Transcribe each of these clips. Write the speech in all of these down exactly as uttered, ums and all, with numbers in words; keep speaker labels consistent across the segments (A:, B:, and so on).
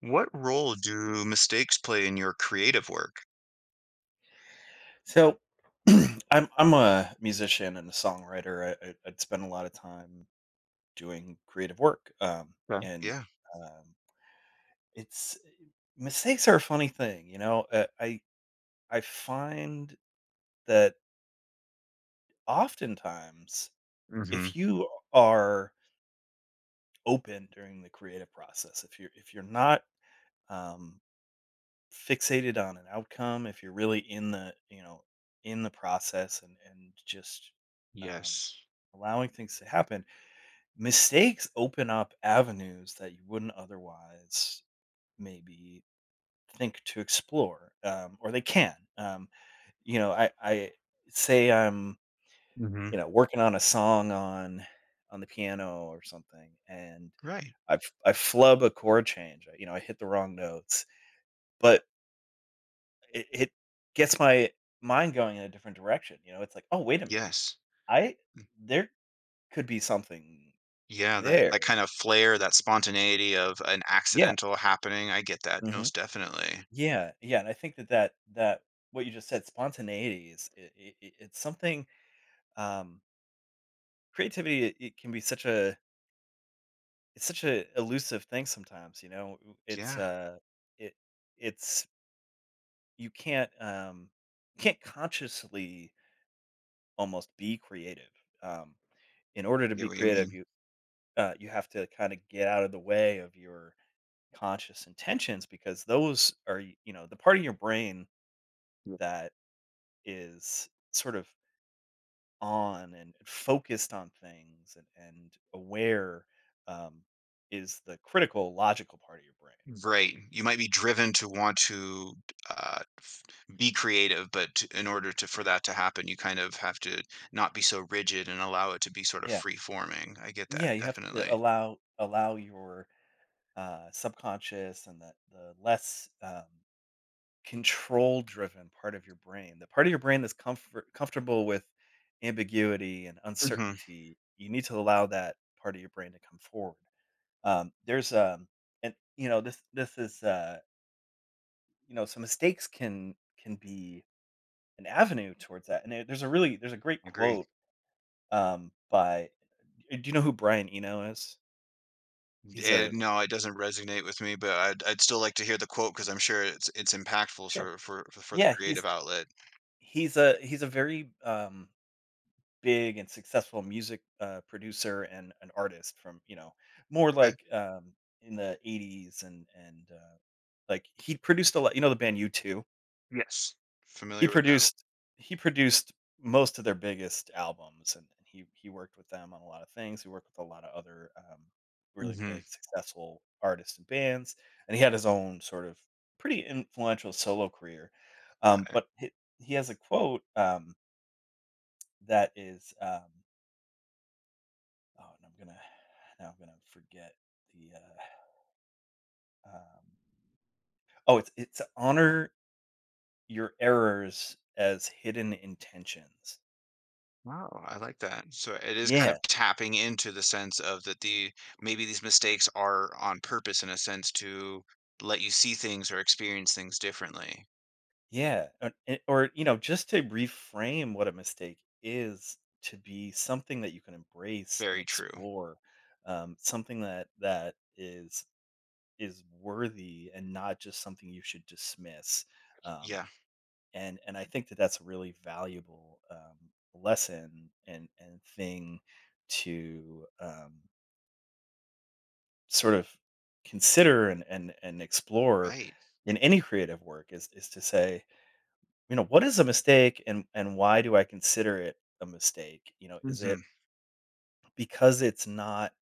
A: What role do mistakes play in your creative work?
B: So I'm I'm a musician and a songwriter. I, I, I spend a lot of time doing creative work, um,
A: Yeah,
B: and
A: yeah.
B: um, it's mistakes are a funny thing, you know. Uh, I I find that oftentimes,
A: hmm
B: if you are open during the creative process, if you're if you're not um, fixated on an outcome, if you're really in the you know in the process and and just um,
A: Yes.
B: allowing things to happen. Mistakes open up avenues that you wouldn't otherwise maybe think to explore, um, or they can. Um, you know, I, I say I'm,
A: hmm
B: you know, working on a song on on the piano or something, and
A: Right.
B: I f- I flub a chord change. You know, I hit the wrong notes, but it, it gets my mind going in a different direction. You know, it's like, oh, wait a minute,
A: Yes.
B: I
A: Mm.
B: there could be something
A: Yeah, that
B: there.
A: that kind of flair, that spontaneity of an
B: Yeah.
A: accidental happening. I get that,
B: Mm-hmm.
A: most definitely.
B: Yeah, yeah, and I think that that that what you just said, spontaneity is I I I- it's something um creativity it, it can be such a it's such a elusive thing sometimes, you know. It's
A: Yeah,
B: uh it it's You can't um you can't consciously almost be creative. Um in order
A: I
B: to
A: get
B: be
A: what you mean.
B: creative, you uh you have to kind of get out of the way of your conscious intentions because those are y- you know, the part of your brain
A: Yeah.
B: that is sort of on and focused on things and, and aware, um, is the critical logical part of your brain.
A: Right. You might be driven to want to uh, be creative, but t- in order to for that to happen, you kind of have to not be so rigid and allow it to be sort of
B: Yeah,
A: free forming. I get that,
B: yeah, you have to
A: definitely.
B: allow allow your uh, subconscious and the the less, um, control driven part of your brain, the part of your brain that's comfort comfortable with ambiguity and
A: hmm
B: uncertainty. You need to allow that part of your brain to come forward. Um, there's um, And you know this this is uh, you know, so mistakes can can be an avenue towards that. And there there's a really there's a great
A: Agree.
B: quote, um, by, uh, do you know who Brian Eno is? He's
A: Eh,
B: a
A: no, it doesn't resonate with me, but I'd I'd still like to hear the quote because 'cause I'm sure it's it's impactful,
B: Sure.
A: sort of, for for for the
B: Yeah,
A: creative
B: he's
A: outlet.
B: he's a he's a very, um, big and successful music, uh, producer and an artist from, you know, more
A: Okay.
B: like, um, in the eighties and and uh, like he produced a lot. You know the band U two.
A: Yes.
B: He
A: Familiar with them.
B: produced he produced most of their biggest albums, and and he he worked with them on a lot of things. He worked with a lot of other, um, really
A: Mhm.
B: big, successful artists and bands, and he had his own sort of pretty influential solo career. Um,
A: Yeah.
B: but he he has a quote, um, that is, um oh, and I'm gonna now I'm gonna forget the, uh, um oh, it's it's honor your errors as hidden intentions.
A: Wow, I like that. So it is kind
B: Yeah.
A: of tapping into the sense of that the maybe these mistakes are on purpose, in a sense, to let you see things or experience things differently.
B: Yeah, or eh, or, you know, just to reframe what a mistake is to be something that you can embrace and
A: Very true.
B: explore, um, something that that is is worthy and not just something you should dismiss, um,
A: Yeah,
B: and and I think that that's a really valuable, um, lesson and and thing to, um, sort of consider and and and explore
A: right.
B: in any creative work is is to say, you know, what is a mistake and and why do I consider it a mistake? You know, is it
A: Mhm.
B: because it's not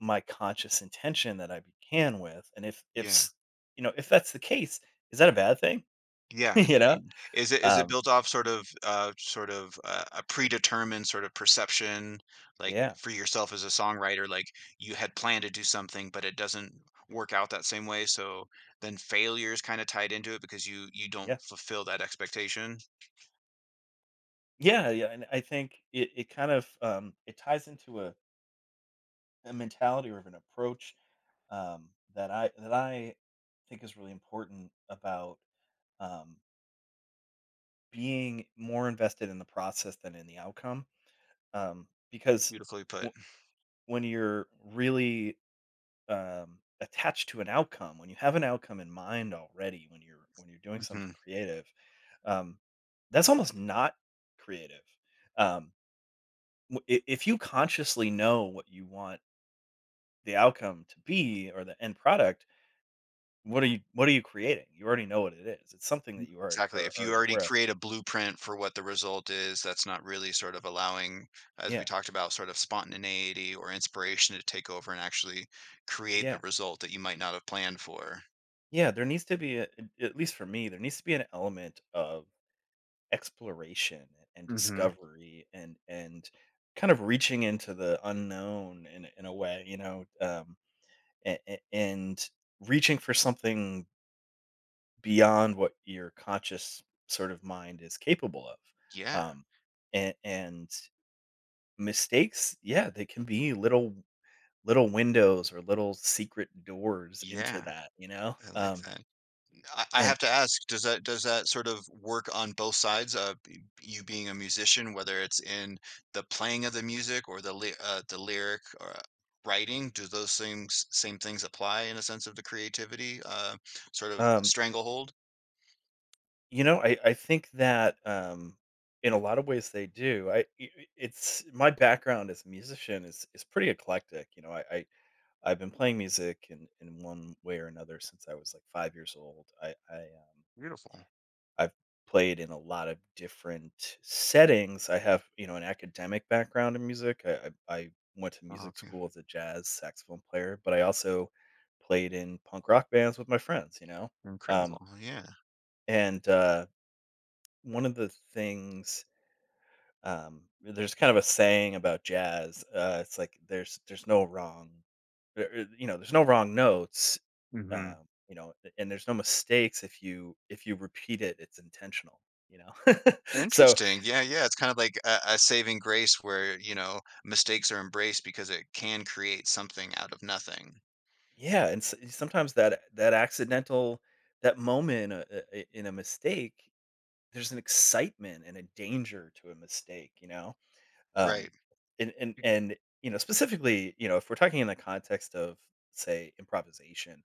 B: my conscious intention that I began with? And if if
A: Yeah.
B: s- you know, if that's the case, is that a bad thing?
A: Yeah.
B: You know?
A: Is it, is it
B: Um
A: built off sort of, uh, sort of, uh, a predetermined sort of perception, like,
B: yeah.
A: for yourself as a songwriter, like, you had planned to do something, but it doesn't work out that same way, so then failure is kinda tied into it because you you
B: Yeah.
A: don't fulfill that expectation?
B: Yeah, yeah, and I think it it kind of um it ties into a, a mentality or of an approach, um that I that I think is really important about, um being more invested in the process than in the outcome. Um, because
A: Beautifully put.
B: w- when you're really, um, attached to an outcome, when you have an outcome in mind already, when you're when you're doing something
A: Mhm.
B: creative, um, that's almost not creative. Um, w- i- if you consciously know what you want the outcome to be or the end product, what are you what are you creating? You already know what it is. It's something that you are,
A: Exactly.
B: are
A: If you
B: already
A: already
B: aware of.
A: create a blueprint for what the result is, that's not really sort of allowing, as
B: Yeah,
A: we talked about, sort of spontaneity or inspiration to take over and actually create the
B: yeah,
A: result that you might not have planned for.
B: yeah. There needs to be a, at least for me, there needs to be an element of exploration and
A: Mhm.
B: discovery and and kind of reaching into the unknown in a- in a way, you know, um, and, and reaching for something beyond what your conscious sort of mind is capable of.
A: Yeah,
B: Um, and, and mistakes, yeah, they can be little little windows or little secret doors into
A: yeah,
B: that, you know.
A: I like
B: Um,
A: that. I I
B: and
A: have to ask, does that, does that sort of work on both sides of y you being a musician, whether it's in the playing of the music or the ly uh, the lyric, or uh, writing? Do those things, same things, apply in a sense of the creativity, uh, sort of
B: um,
A: stranglehold?
B: You know, I I think that, um, in a lot of ways they do. I I I It's my background as a musician is is pretty eclectic, you know, I I I've been playing music in in one way or another since I was, like, five years old. I I, um,
A: Beautiful.
B: I've played in a lot of different settings. I have, you know, an academic background in music. I I I went to
A: Oh,
B: music
A: okay.
B: school as a jazz saxophone player, but I also played in punk rock bands with my friends, you know? Um,
A: Incredible, yeah.
B: and, uh, one of the things. Um, there's kind of a saying about jazz. Uh, it's like there's there's no wrong, there- er, you know, there's no wrong notes.
A: Mhm.
B: Um, you know, and there's no mistakes. If you if you repeat it, it's intentional. You know, so
A: Interesting, yeah, yeah, it's kind of like a a saving grace where, you know, mistakes are embraced because it can create something out of nothing.
B: yeah, and s sometimes that that accidental that moment, uh, uh, i- in a mistake, there's an excitement and a danger to a mistake. You know, um,
A: Right.
B: and and and, you know, specifically, you know, if we're talking in the context of say improvisation,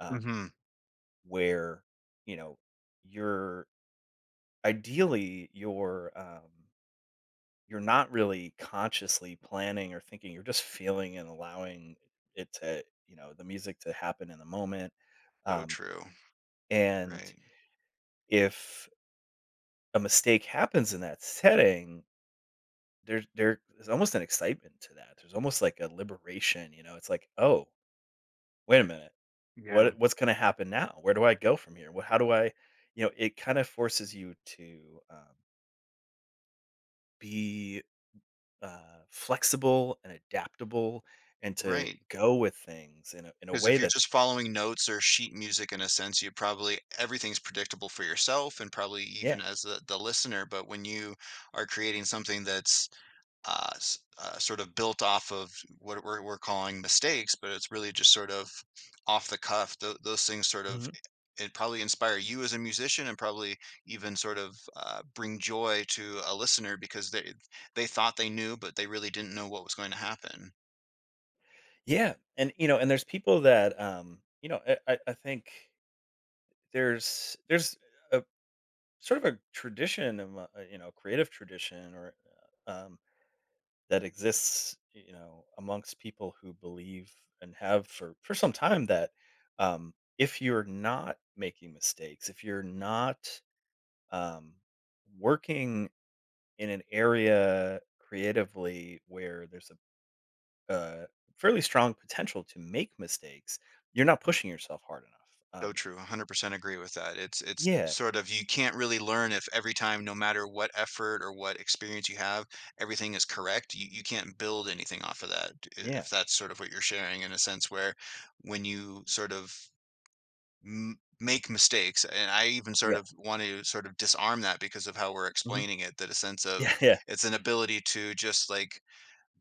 B: um,
A: Mhm.
B: where, you know, you're ideally you're, um, you're not really consciously planning or thinking. You're just feeling and allowing it to you know the music to happen in the moment.
A: So
B: Um,
A: true.
B: and
A: Right.
B: if a mistake happens in that setting, there's there- there's almost an excitement to that. There's almost like a liberation. You know, it's like oh wait a minute
A: Yeah.
B: what what's going to happen now, where do I go from here, what, how do I, you know, it kind of forces you to, um, be, uh, flexible and adaptable and to
A: Right.
B: go with things in a in a
A: Because if
B: way
A: you're
B: that's
A: just following notes or sheet music, in a sense, you probably everything's predictable for yourself and probably even
B: yeah.
A: as the, the listener. But when you are creating something that's uh, s- uh, sort of built off of what we're, we're calling mistakes, but it's really just sort of off the cuff. Tho- those things sort of,
B: Mhm.
A: it probably inspire you as a musician and probably even sort of uh, bring joy to a listener because they they thought they knew, but they really didn't know what was going to happen.
B: Yeah, and, you know, and there's people that, um, you know, I I I think there's there's a sort of a tradition amo uh, you know, creative tradition or, uh, um, that exists, you know, amongst people who believe and have for for some time that, um, if you're not making mistakes, if you're not, um, working in an area creatively where there's a, a fairly strong potential to make mistakes, you're not pushing yourself hard enough.
A: So
B: Um,
A: true, one hundred percent agree with that. It's it's
B: yeah,
A: sort of you can't really learn if every time, no matter what effort or what experience you have, everything is correct. You you can't build anything off of that. i-
B: yeah,
A: If that's sort of what you're sharing, in a sense, where when you sort of m make mistakes, and I even sort
B: yeah,
A: of want to sort of disarm that because of how we're
B: mhm,
A: explaining it, that a sense of,
B: yeah, yeah,
A: it's an ability to just like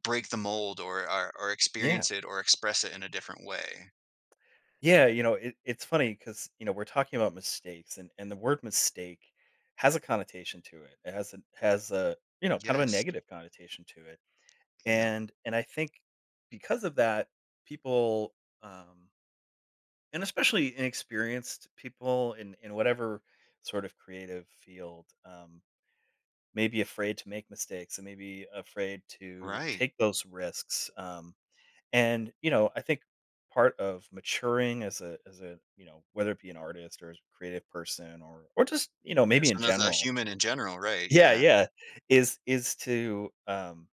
A: break the mold, or or, or
B: yeah,
A: experience it, or express it in a different way.
B: yeah. You know, it, it's funny because you know we're talking about mistakes, and and the word mistake has a connotation to it. It has a has a you know, kind of a
A: Yes.
B: negative connotation to it,
A: Yep.
B: and and I think because of that, people. Um, And especially inexperienced people in in whatever sort of creative field, um, may be afraid to make mistakes and maybe afraid to
A: Right.
B: take those risks, um, and, you know, I think part of maturing as a as a, you know, whether it be an artist or as a creative person or or just, you know, maybe
A: As
B: in
A: soon as a
B: general.
A: human, in general, right,
B: Yeah,
A: yeah.
B: yeah, is is to, um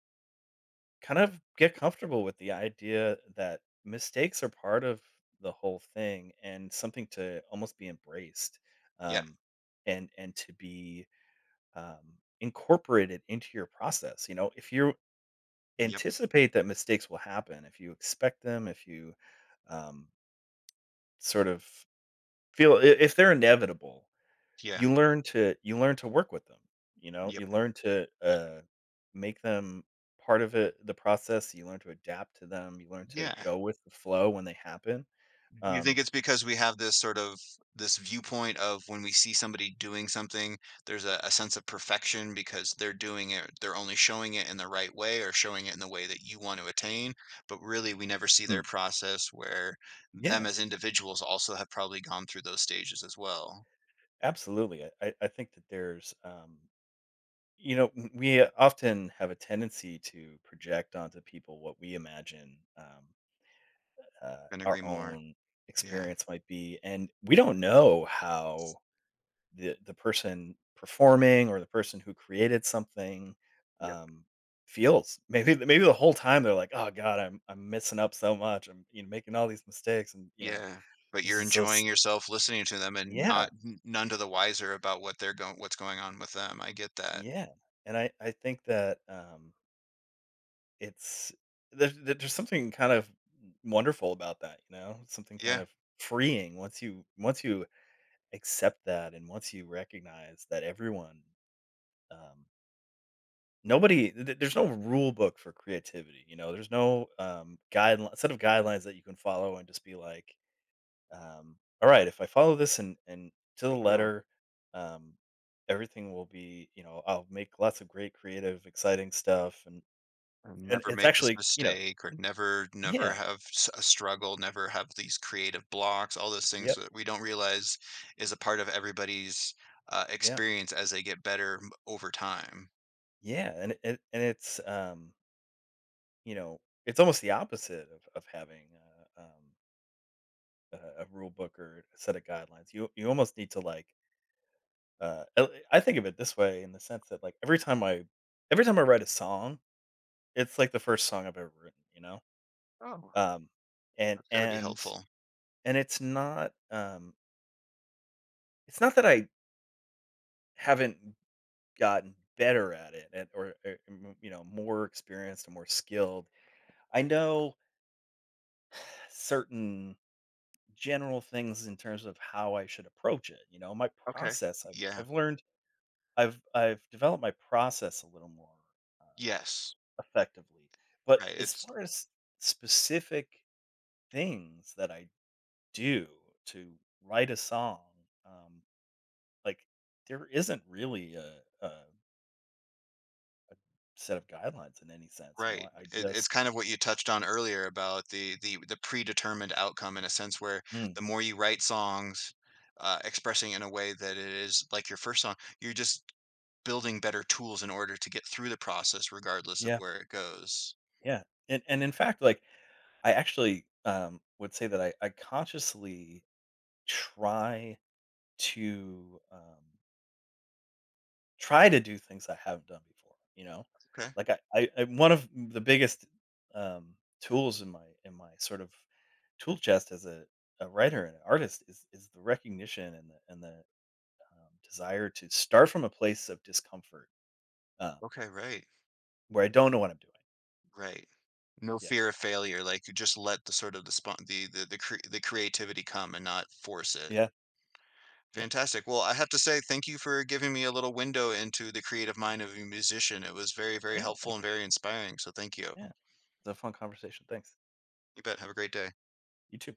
B: kind of get comfortable with the idea that mistakes are part of the whole thing and something to almost be embraced,
A: Yep,
B: um, and and to be, um, incorporated into your process. You know, if you
A: yep,
B: anticipate that mistakes will happen, if you expect them, if you, um, sort of feel, i- if they're inevitable,
A: yeah,
B: you learn to you learn to work with them, you know?
A: yep,
B: You learn to, uh, make them part of it the process, you learn to adapt to them, you learn to
A: yeah.
B: go with the flow when they happen,
A: Do you think
B: um
A: it's because we have this sort of this viewpoint of when we see somebody doing something, there's a a sense of perfection because they're doing it, they're only showing it in the right way or showing it in the way that you want to attain, but really we never see
B: hmm,
A: their process, where
B: yeah,
A: them as individuals also have probably gone through those stages as well.
B: absolutely, I I I think that there's, um you know, w we often have a tendency to project onto people what we imagine, um, uh,
A: Can
B: our
A: agree more.
B: own
A: Yeah.
B: experience might be, and we don't know how the the person performing or the person who created something,
A: Yep.
B: um, feels. Maybe th- maybe the whole time they're like, "Oh God, I'm I'm messing up so much. I'm, you know, making all these mistakes, and you know
A: Yeah, but
B: this
A: you're
B: is so s-
A: enjoying yourself listening to them and not,
B: yeah,
A: n none to the wiser about what they're going, what's going on with them. I get that.
B: yeah." And I I think that, um, it's there's, there's something kind of wonderful about that. You know, something kind
A: Yeah,
B: of freeing once you once you accept that and once you recognize that everyone, um, nobody th there's no rule book for creativity, you know? There's no, um, guidelin set of guidelines that you can follow and just be like, um, "Alright, if I follow this and and to the
A: yeah,
B: letter, um, everything will be, you know, I'll make lots of great creative, exciting stuff," and
A: and
B: and
A: never
B: it's
A: make this
B: actually, you know.
A: mistake, or never, never
B: Yeah.
A: have s a struggle, never have these creative blocks, all those things
B: Yep.
A: that we don't realize is a part of everybody's, uh,
B: Yeah.
A: experience as they get better m over time.
B: Yeah, and it and it's, um, you know, it's almost the opposite of of having a, um, a a rule book or a set of guidelines. You you almost need to, like, Uh, uh, I think of it this way in the sense that, like, every time I every time I write a song, it's like the first song I've ever written, you know?
A: Oh,
B: Um and
A: that's gotta be
B: and
A: helpful.
B: and it's not um it's not that I haven't gotten better at it, and, or, or, m- you know, more experienced and more skilled. I know certain general things in terms of how I should approach it, you know, my
A: Okay.
B: process. I've
A: Yeah.
B: I've learned, I've I've developed my process a little more, uh,
A: Yes.
B: effectively. But
A: Right,
B: as
A: it's
B: far as specific things that I do to write a song, um, like, there isn't really a, a, a set of guidelines in any sense. You know,
A: Right.
B: I, I
A: It, it's
B: just,
A: kind of what you touched on earlier about the the the predetermined outcome, in a sense, where
B: Mm,
A: the more you write songs, uh, expressing in a way that it is like your first song, you're just building better tools in order to get through the process regardless of
B: yeah,
A: where it goes.
B: yeah. And, and in fact, like, I actually, um, would say that I, I consciously try to, um, try to do things I haven't done before, you know?
A: Okay.
B: Like, I I I one of the biggest, um, tools in my in my sort of tool chest as a a writer and an artist is is the recognition and the and the, um, desire to start from a place of discomfort, um,
A: Okay. Right.
B: where I don't know what I'm doing.
A: Right. No
B: Yeah.
A: fear of failure. Like, you just let the sort of the spon- the the the, cre- the creativity come and not force it.
B: Yeah. Yeah.
A: Fantastic. Well, I have to say thank you for giving me a little window into the creative mind of a musician. It was very, very
B: Yeah,
A: helpful
B: thanks.
A: and very inspiring, so thank you.
B: Yeah. It's a fun conversation. Thanks.
A: You bet. Have a great day.
B: You too.